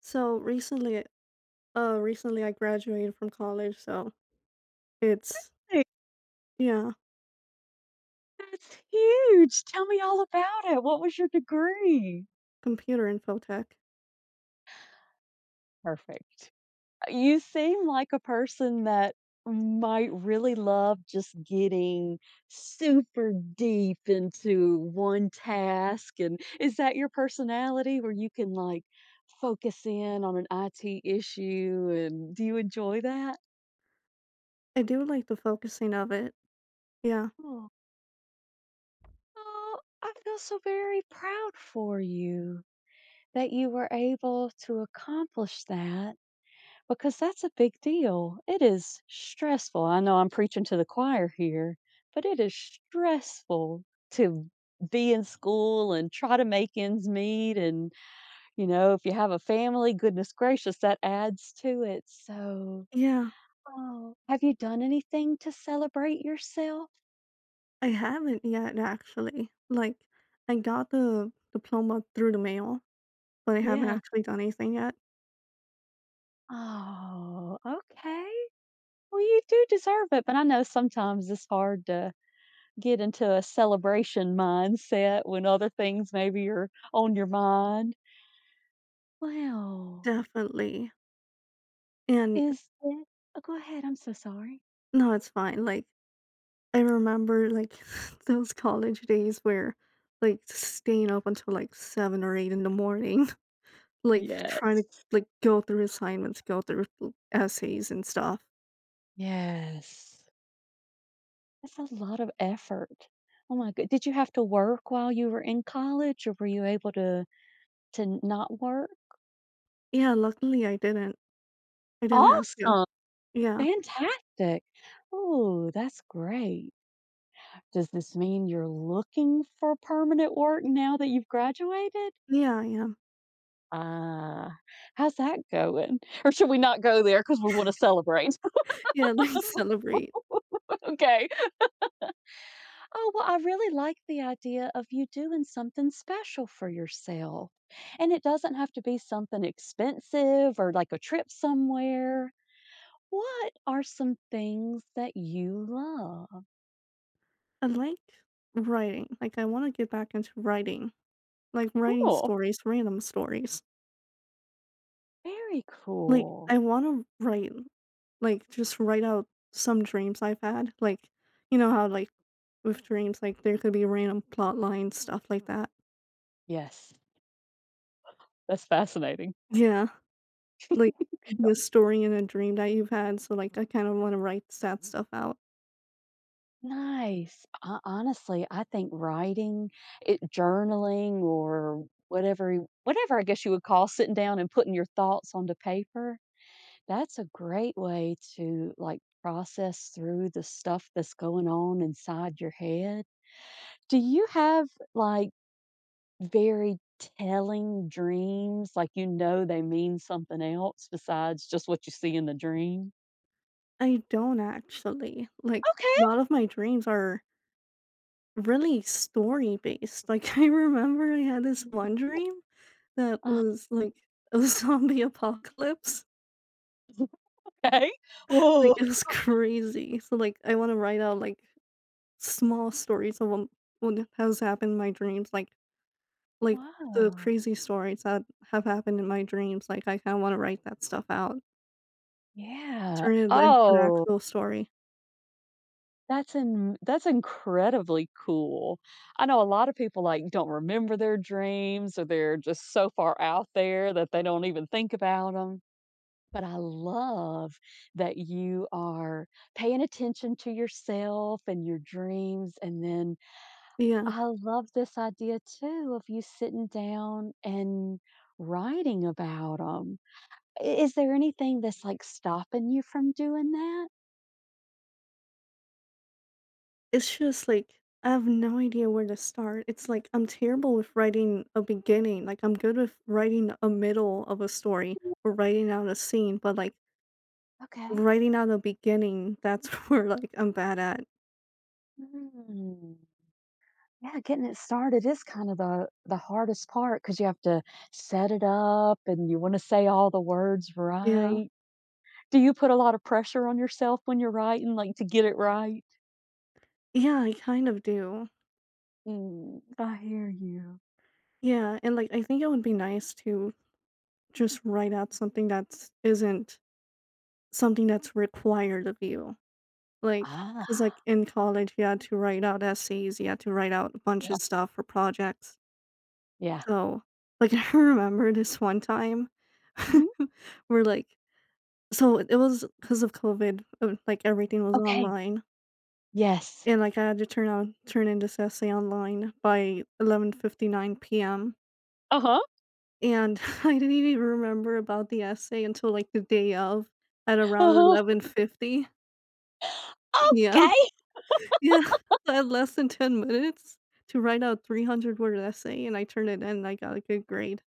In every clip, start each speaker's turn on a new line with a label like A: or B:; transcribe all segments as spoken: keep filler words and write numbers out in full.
A: So recently, uh, recently I graduated from college, so it's
B: Really?
A: yeah,
B: That's huge. Tell me all about it. What was your degree?
A: computer info tech.
B: Perfect. Uh, You seem like a person that might really love just getting super deep into one task. And is that your personality where you can like focus in on an I T issue? And do you enjoy that?
A: I do like the focusing of it. Yeah,
B: Oh, Oh, I feel so very proud for you that you were able to accomplish that, because that's a big deal. It is stressful. I know I'm preaching to the choir here, but it is stressful to be in school and try to make ends meet. And, you know, if you have a family, goodness gracious, that adds to it. So,
A: yeah,
B: oh, have you done anything to celebrate yourself?
A: I haven't yet actually. Like, I got the diploma through the mail, but I haven't
B: Yeah.
A: actually done anything yet.
B: Oh, okay. Well, you do deserve it, but I know sometimes it's hard to get into a celebration mindset when other things maybe are on your mind. Wow.
A: Definitely, and
B: Is that oh, go ahead. I'm so sorry.
A: no, it's fine. Like, I remember like those college days where like staying up until like seven or eight in the morning. Like, trying to,
B: Yes.
A: like, go through assignments, go through l essays and stuff.
B: Yes. That's a lot of effort. Oh my good. Did you have to work while you were in college or were you able to to n not work?
A: Yeah, luckily I didn't. I didn't have to.
B: Awesome.
A: Yeah.
B: Fantastic. Oh, that's great. Does this mean you're looking for permanent work now that you've graduated?
A: Yeah, yeah.
B: Ah, how's that going? Or should we not go there because we wanna celebrate?
A: Yeah, like, celebrate.
B: Okay. Oh, well, I really like the idea of you doing something special for yourself, and it doesn't have to be something expensive or like a trip somewhere. What are some things that you love?
A: I like writing, like, I wanna get back into writing, like, writing
B: Cool.
A: stories, random stories.
B: Very
A: Like,
B: cool.
A: I wanna write, like, just write out some dreams I've had, like, you know how, like, with dreams, like, there could be random plot lines, stuff like that.
B: Yes, that's fascinating.
A: Yeah. Like, be a story and a dream that you've had, so, like, I kind of wanna write sad stuff out.
B: Nice. Ho honestly, I think writing, it journaling or whatever you whatever I guess you would call sitting down and putting your thoughts onto paper, that's a great way to, like, process through the stuff that's going on inside your head. Do you have, like, very telling dreams, like, you know they mean something else besides just what you see in the dream?
A: I don't actually. Like, a
B: Okay.
A: lot of my dreams are really story-based. Like, I remember I had this one dream that was, like, a zombie apocalypse.
B: Okay.
A: Like,
B: Woah.
A: it was crazy. So, like, I wanna write out, like, small stories of um, what has happened in my dreams, like like, the
B: Wow.
A: crazy stories that have happened in my dreams, like, I kinda wanna write that stuff out.
B: Yeah.
A: Turn it like into an
B: Oh,
A: actual story.
B: that's in that's incredibly cool. I know a lot of people, like, don't remember their dreams or they're just so far out there that they don't even think about them, but I love that you are paying attention to yourself and your dreams, and then
A: Yeah.
B: I love this idea too of you sitting down and writing about them. Is there anything that's, like, stopping you from doing that?
A: It's just like, I have no idea where to start. It's like I'm terrible with writing a beginning. Like I'm good with writing a middle of a story or writing out a scene, but like
B: Okay.
A: writing out a beginning, that's where like I'm bad at.
B: Mm. Yeah, getting it started is kind of the the hardest part because you have to set it up and you wanna say all the words
A: Yeah.
B: right. Do you put a lot of pressure on yourself when you're writing, like, to get it right?
A: Yeah, I kind of do.
B: Mm, I hear you.
A: Yeah, and like I think it would be nice to just write out something that's isn't something that's required of you. Like,
B: Ah,
A: cause like, in college, you had to write out essays, you had to write out a bunch
B: yeah,
A: of stuff for projects.
B: yeah.
A: So, like, I remember this one time
B: Mhm.
A: where, like, so it was cause of COVID, uh, like, everything was
B: Okay.
A: online,
B: Yes.
A: and, like, I had to turn on turn in this essay online by eleven fifty-nine p m,
B: Uh-huh.
A: and I didn't even remember about the essay until, like, the day of at around
B: Uh-huh.
A: eleven fifty p m.
B: Okay.
A: Yeah, I had less than ten minutes to write out three hundred word essay, and I turned it in, and I got a good grade.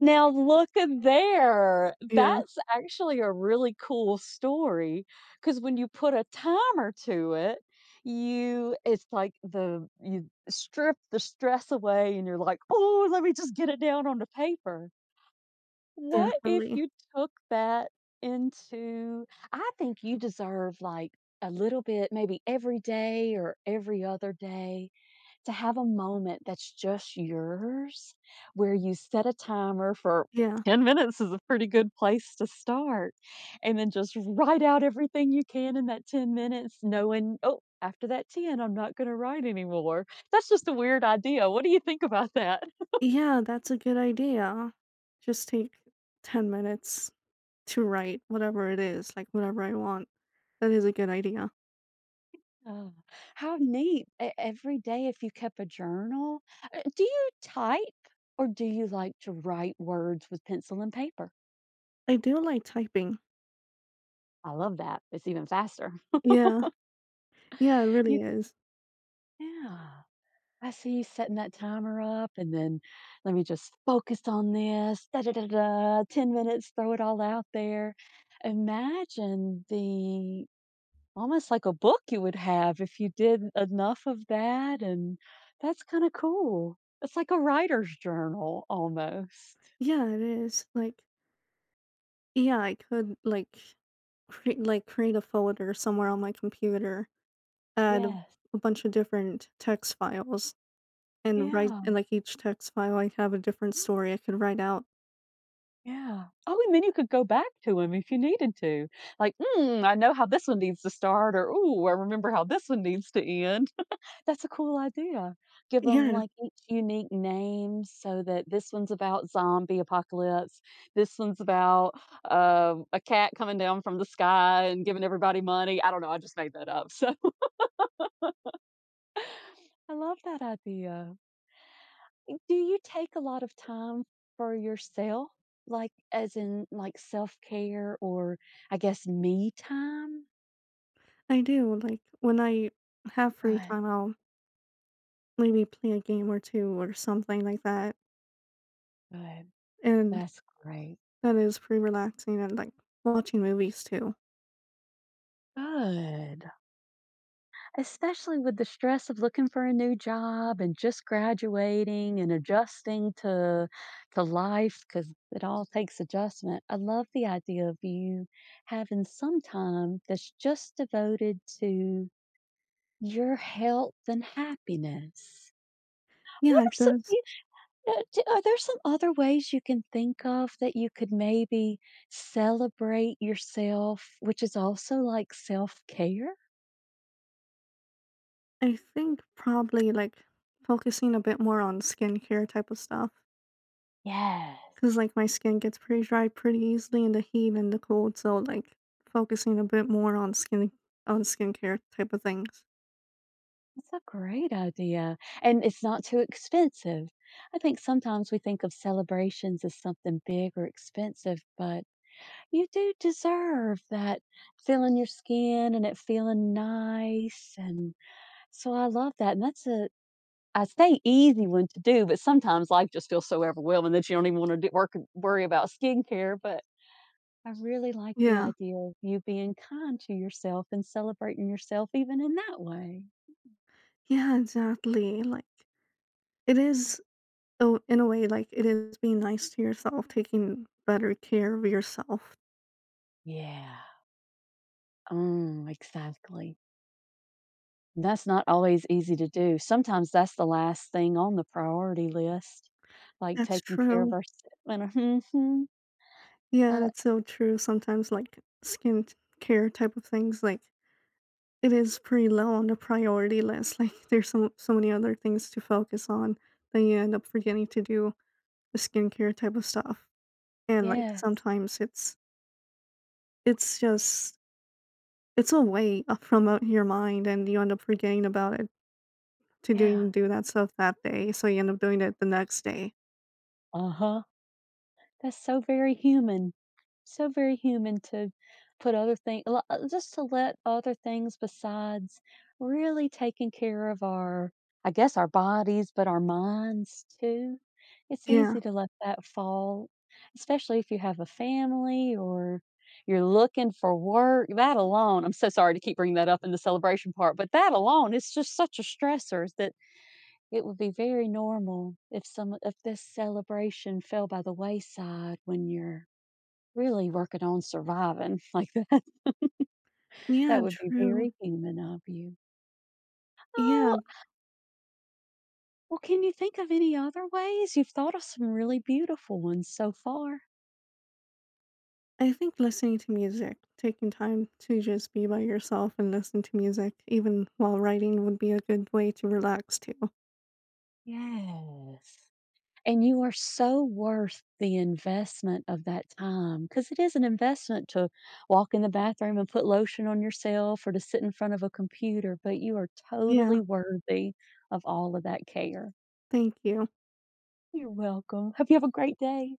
B: Now look at there.
A: Yeah,
B: That's actually a really cool story, because when you put a timer to it, you it's like the you strip the stress away and you're like, "Oh, let me just get it down on the paper." What if
A: definitely.
B: you took that into I think you deserve like a little bit, maybe every day or every other day to have a moment that's just yours, where you set a timer for
A: Yeah.
B: ten minutes is a pretty good place to start, and then just write out everything you can in that ten minutes knowing, "Oh, after that ten, I'm not gonna write anymore." That's just a weird idea. What do you think about that?
A: Yeah, that's a good idea. Just take ten minutes to write whatever it is, like, whatever I want. That is a good idea.
B: Oh, how neat. E every day if you kept a journal. Uh, do you type or do you like to write words with pencil and paper?
A: I do like typing.
B: I love that. It's even faster.
A: Yeah. Yeah, it
B: You
A: really is.
B: yeah. I see you setting that timer up, and then let me just focus on this. Da, da, da, da, ten minutes, throw it all out there. Imagine the almost like a book you would have if you did enough of that. And that's kind of cool. It's like a writer's journal almost.
A: Yeah, it is. Like, yeah, I could, like, create like, create a folder somewhere on my computer, add
B: Yes.
A: a bunch of different text files and write
B: Yeah.
A: and, like, each text file, I have a different story I could write out.
B: Yeah. Oh, and then you could go back to them if you needed to. Like, mm, I know how this one needs to start, or, ooh, I remember how this one needs to end. That's a cool idea. Give them
A: Yeah,
B: like, each unique name so that this one's about zombie apocalypse, this one's about, um, a cat coming down from the sky and giving everybody money. I don't know, I just made that up, so I love that idea. Eh, do you take a lot of time for yourself? Like, as in, like, self-care or, I guess, me time?
A: I do, like, when I have free
B: Good,
A: time, I'll maybe play a game or two or something like that,
B: good.
A: and
B: That's great.
A: that is pretty relaxing and, like, watching movies too.
B: Good. Especially with the stress of looking for a new job and just graduating and adjusting to to life, because it all takes adjustment. I love the idea of you having some time that's just devoted to your health and happiness.
A: Yeah,
B: What are
A: it
B: some
A: does.
B: you know, d are there some other ways you can think of that you could maybe celebrate yourself, which is also like self-care?
A: I think probably, like, focusing a bit more on skincare type of stuff
B: Yes.
A: because like, my skin gets pretty dry pretty easily in the heat and the cold, so, like, focusing a bit more on skin on skincare type of things.
B: That's a great idea. And it's not too expensive. I think sometimes we think of celebrations as something big or expensive, but you do deserve that feeling your skin and it feeling nice. And so I love that. And that's a, I say easy one to do, but sometimes life just feels so overwhelming that you don't even want to do, work, worry about skincare. But I really like the
A: Yeah.
B: idea of you being kind to yourself and celebrating yourself even in that way.
A: Yeah, exactly. Like it is oh, in a way like it is being nice to yourself, taking better care of yourself.
B: Yeah. Oh, exactly. That's not always easy to do. Sometimes that's the last thing on the priority list, like
A: That's
B: taking care of
A: true.
B: ourselves. Mhm. Uh, mm-hmm,
A: Yeah,
B: uh,
A: that's so true. Sometimes like skin t- care type of things like it is pretty low on the priority list. Like there's so so many other things to focus on that you end up forgetting to do the skincare type of stuff. And like
B: yes.
A: sometimes it's it's just it's a way up from out your mind and you end up forgetting about it to
B: Yeah.
A: doing do that stuff that day, so you end up doing it the next day.
B: Uh huh. That's so very human. So very human to put other things, just to let other things besides really taking care of our I guess our bodies, but our minds too. It's
A: Yeah.
B: easy to let that fall, especially if you have a family or you're looking for work. That alone I'm so sorry to keep bringing that up in the celebration part, but that alone is just such a stressor that it would be very normal if some if this celebration fell by the wayside when you're really working on surviving like that.
A: Yeah,
B: That would be
A: true.
B: very human of you.
A: Yeah,
B: Oh, well, can you think of any other ways? You've thought of some really beautiful ones so far.
A: I think listening to music, taking time to just be by yourself and listen to music even while writing would be a good way to relax too.
B: Yes. And you are so worth the investment of that time, because it is an investment to walk in the bathroom and put lotion on yourself or to sit in front of a computer, but you are
A: Yeah,
B: totally worthy of all of that care.
A: thank you.
B: You're welcome. Hope you have a great day.